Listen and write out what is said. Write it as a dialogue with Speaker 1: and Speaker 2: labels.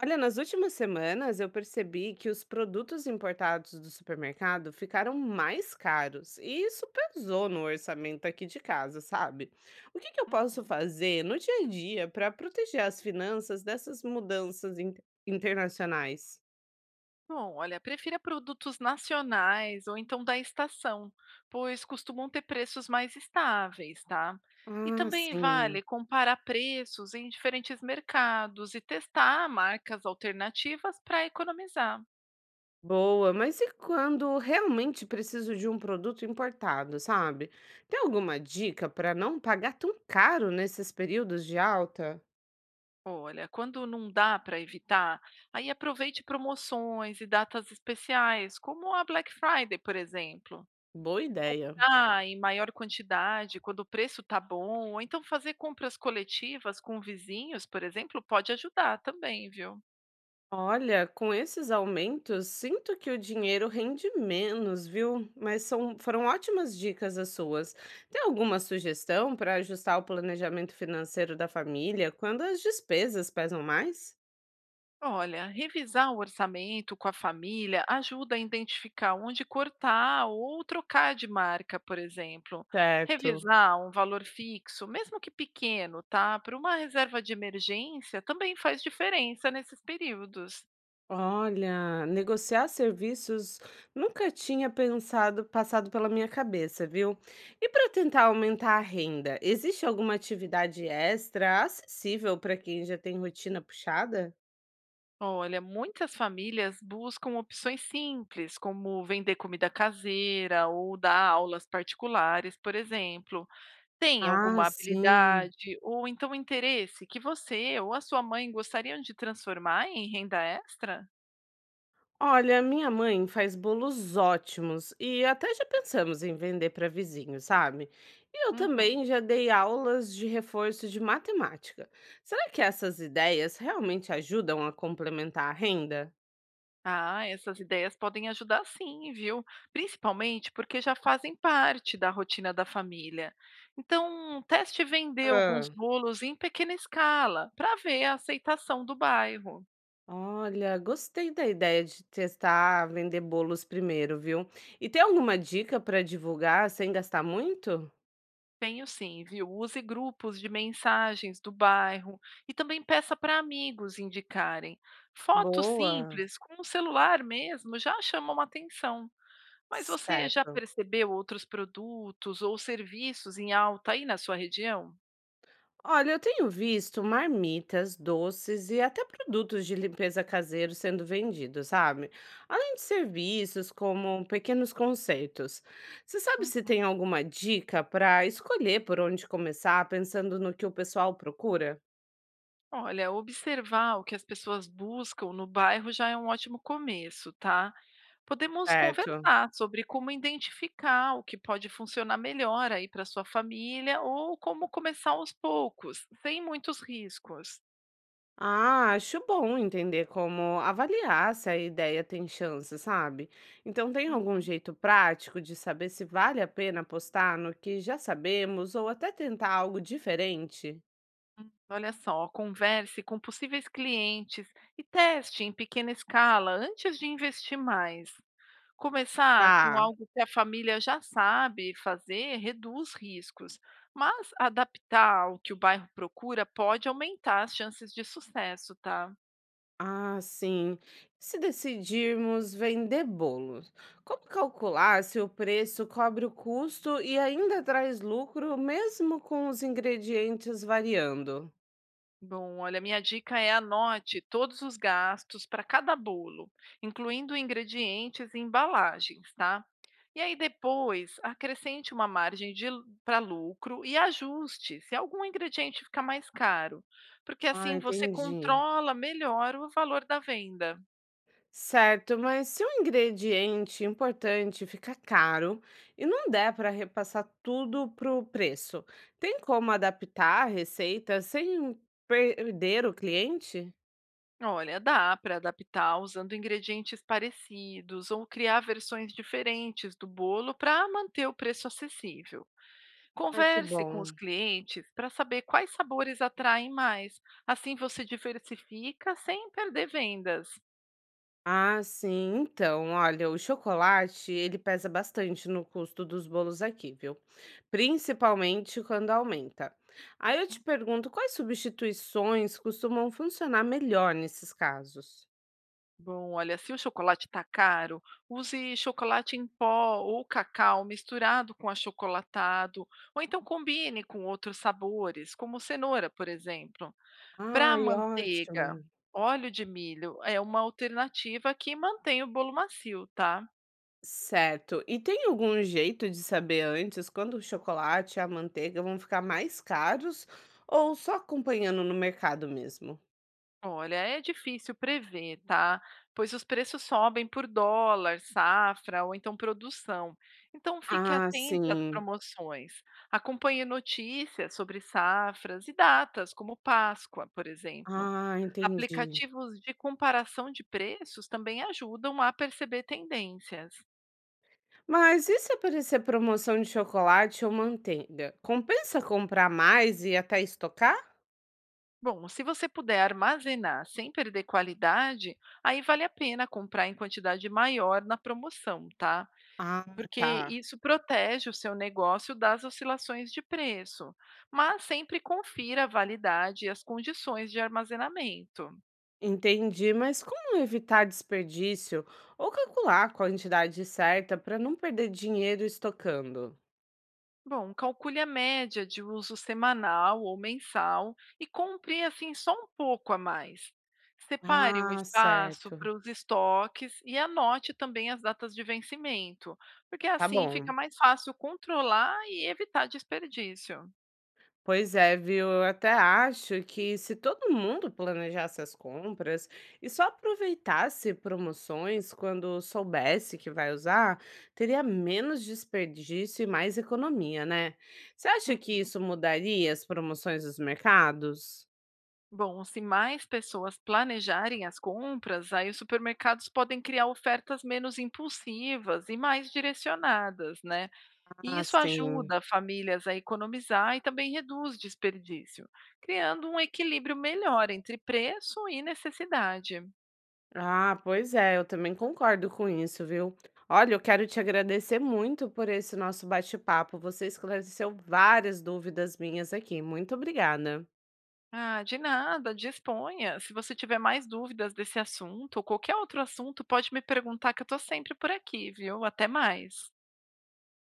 Speaker 1: Olha, nas últimas semanas eu percebi que os produtos importados do supermercado ficaram mais caros e isso pesou no orçamento aqui de casa, sabe? O que que eu posso
Speaker 2: Uhum.
Speaker 1: fazer no dia a dia para proteger as finanças dessas mudanças internacionais?
Speaker 2: Bom, olha, prefira produtos nacionais ou então da estação, pois costumam ter preços mais estáveis, tá? E
Speaker 1: Ah,
Speaker 2: também vale
Speaker 1: sim.
Speaker 2: comparar preços em diferentes mercados e testar marcas alternativas para economizar.
Speaker 1: Boa, mas e quando realmente preciso de um produto importado, sabe? Tem alguma dica para não pagar tão caro nesses períodos de alta?
Speaker 2: Olha, quando não dá para evitar, aí aproveite promoções e datas especiais, como a Black Friday, por exemplo.
Speaker 1: Boa ideia.
Speaker 2: Comprar em maior quantidade quando o preço está bom, ou então fazer compras coletivas com vizinhos, por exemplo, pode ajudar também, viu?
Speaker 1: Olha, com esses aumentos, sinto que o dinheiro rende menos, viu? Foram ótimas dicas as suas. Tem alguma sugestão para ajustar o planejamento financeiro da família quando as despesas pesam mais?
Speaker 2: Olha, revisar o orçamento com a família ajuda a identificar onde cortar ou trocar de marca, por exemplo.
Speaker 1: Certo.
Speaker 2: Revisar um valor fixo, mesmo que pequeno, tá? Para uma reserva de emergência também faz diferença nesses períodos.
Speaker 1: Olha, negociar serviços nunca tinha pensado, passado pela minha cabeça, viu? E para tentar aumentar a renda, existe alguma atividade extra acessível para quem já tem rotina puxada?
Speaker 2: Olha, muitas famílias buscam opções simples, como vender comida caseira ou dar aulas particulares, por exemplo. Tem
Speaker 1: Ah,
Speaker 2: alguma
Speaker 1: sim.
Speaker 2: habilidade ou então interesse que você ou a sua mãe gostariam de transformar em renda extra?
Speaker 1: Olha, minha mãe faz bolos ótimos e até já pensamos em vender para vizinhos, sabe? E eu
Speaker 2: Uhum.
Speaker 1: também já dei aulas de reforço de matemática. Será que essas ideias realmente ajudam a complementar a renda?
Speaker 2: Ah, essas ideias podem ajudar sim, viu? Principalmente porque já fazem parte da rotina da família. Então, teste vender alguns
Speaker 1: Ah,
Speaker 2: bolos em pequena escala para ver a aceitação do bairro.
Speaker 1: olha, gostei da ideia de testar vender bolos primeiro, viu? E tem alguma dica para divulgar sem gastar muito?
Speaker 2: Tenho sim, viu? Use grupos de mensagens do bairro e também peça para amigos indicarem. Fotos
Speaker 1: Boa,
Speaker 2: simples, com o celular mesmo, já chamam atenção. Mas você já
Speaker 1: certo.
Speaker 2: percebeu outros produtos ou serviços em alta aí na sua região?
Speaker 1: Olha, eu tenho visto marmitas, doces e até produtos de limpeza caseiro sendo vendidos, sabe? Além de serviços como pequenos concertos. Você sabe se
Speaker 2: Uhum.
Speaker 1: tem alguma dica para escolher por onde começar, pensando no que o pessoal procura?
Speaker 2: Olha, observar o que as pessoas buscam no bairro já é um ótimo começo, tá? Podemos
Speaker 1: Certo.
Speaker 2: conversar sobre como identificar o que pode funcionar melhor aí para sua família ou como começar aos poucos, sem muitos riscos.
Speaker 1: Ah, acho bom entender como avaliar se a ideia tem chance, sabe? Então, tem algum
Speaker 2: Uhum.
Speaker 1: jeito prático de saber se vale a pena apostar no que já sabemos ou até tentar algo diferente?
Speaker 2: Olha só, converse com possíveis clientes e teste em pequena escala antes de investir mais. Começar com
Speaker 1: Tá.
Speaker 2: algo que a família já sabe fazer reduz riscos, mas adaptar ao que o bairro procura pode aumentar as chances de sucesso, tá?
Speaker 1: Ah, sim. Se decidirmos vender bolos, como calcular se o preço cobre o custo e ainda traz lucro, mesmo com os ingredientes variando?
Speaker 2: Bom, olha, minha dica é anote todos os gastos para cada bolo, incluindo ingredientes e embalagens, tá? E aí depois acrescente uma margem para lucro e ajuste se algum ingrediente ficar mais caro, porque
Speaker 1: Ah,
Speaker 2: assim você
Speaker 1: entendi.
Speaker 2: controla melhor o valor da venda.
Speaker 1: Certo, mas se um ingrediente importante fica caro e não der para repassar tudo para o preço, tem como adaptar a receita sem perder o cliente?
Speaker 2: Olha, dá para adaptar usando ingredientes parecidos ou criar versões diferentes do bolo para manter o preço acessível.
Speaker 1: Ai, que
Speaker 2: Converse
Speaker 1: bom.
Speaker 2: com os clientes para saber quais sabores atraem mais. Assim você diversifica sem perder vendas.
Speaker 1: Ah, sim. Então, olha, o chocolate, ele pesa bastante no custo dos bolos aqui, viu? Principalmente quando aumenta. Aí eu te pergunto, quais substituições costumam funcionar melhor nesses casos?
Speaker 2: Bom, olha, se o chocolate está caro, use chocolate em pó ou cacau misturado com achocolatado, ou então combine com outros sabores, como cenoura, por exemplo. Pra
Speaker 1: Ai,
Speaker 2: manteiga,
Speaker 1: ótimo.
Speaker 2: óleo de milho é uma alternativa que mantém o bolo macio, tá?
Speaker 1: Certo. E tem algum jeito de saber antes quando o chocolate e a manteiga vão ficar mais caros ou só acompanhando no mercado mesmo?
Speaker 2: Olha, é difícil prever, tá? Pois os preços sobem por dólar, safra ou então produção. Então fique
Speaker 1: Ah,
Speaker 2: atento às
Speaker 1: sim.
Speaker 2: promoções. Acompanhe notícias sobre safras e datas, como Páscoa, por exemplo.
Speaker 1: Ah, entendi.
Speaker 2: Aplicativos de comparação de preços também ajudam a perceber tendências.
Speaker 1: Mas e se aparecer promoção de chocolate ou manteiga? Compensa comprar mais e até estocar?
Speaker 2: Bom, se você puder armazenar sem perder qualidade, aí vale a pena comprar em quantidade maior na promoção, tá?
Speaker 1: Ah,
Speaker 2: Porque
Speaker 1: tá.
Speaker 2: isso protege o seu negócio das oscilações de preço. Mas sempre confira a validade e as condições de armazenamento.
Speaker 1: Entendi, mas como evitar desperdício ou calcular a quantidade certa para não perder dinheiro estocando?
Speaker 2: Bom, calcule a média de uso semanal ou mensal e compre assim só um pouco a mais. Separe um
Speaker 1: Ah,
Speaker 2: espaço
Speaker 1: certo.
Speaker 2: para os estoques e anote também as datas de vencimento, porque
Speaker 1: Tá
Speaker 2: assim fica
Speaker 1: bom.
Speaker 2: mais fácil controlar e evitar desperdício.
Speaker 1: Pois é, viu? Eu até acho que se todo mundo planejasse as compras e só aproveitasse promoções quando soubesse que vai usar, teria menos desperdício e mais economia, né? Você acha que
Speaker 2: Uhum.
Speaker 1: isso mudaria as promoções dos mercados?
Speaker 2: Bom, se mais pessoas planejarem as compras, aí os supermercados podem criar ofertas menos impulsivas e mais direcionadas, né? E
Speaker 1: Ah,
Speaker 2: isso
Speaker 1: sim.
Speaker 2: ajuda famílias a economizar e também reduz desperdício, criando um equilíbrio melhor entre preço e necessidade.
Speaker 1: Ah, pois é, eu também concordo com isso, viu? Olha, eu quero te agradecer muito por esse nosso bate-papo. Você esclareceu várias dúvidas minhas aqui. Muito obrigada.
Speaker 2: Ah, de nada, disponha. Se você tiver mais dúvidas desse assunto ou qualquer outro assunto, pode me perguntar que eu estou sempre por aqui, viu? Até mais.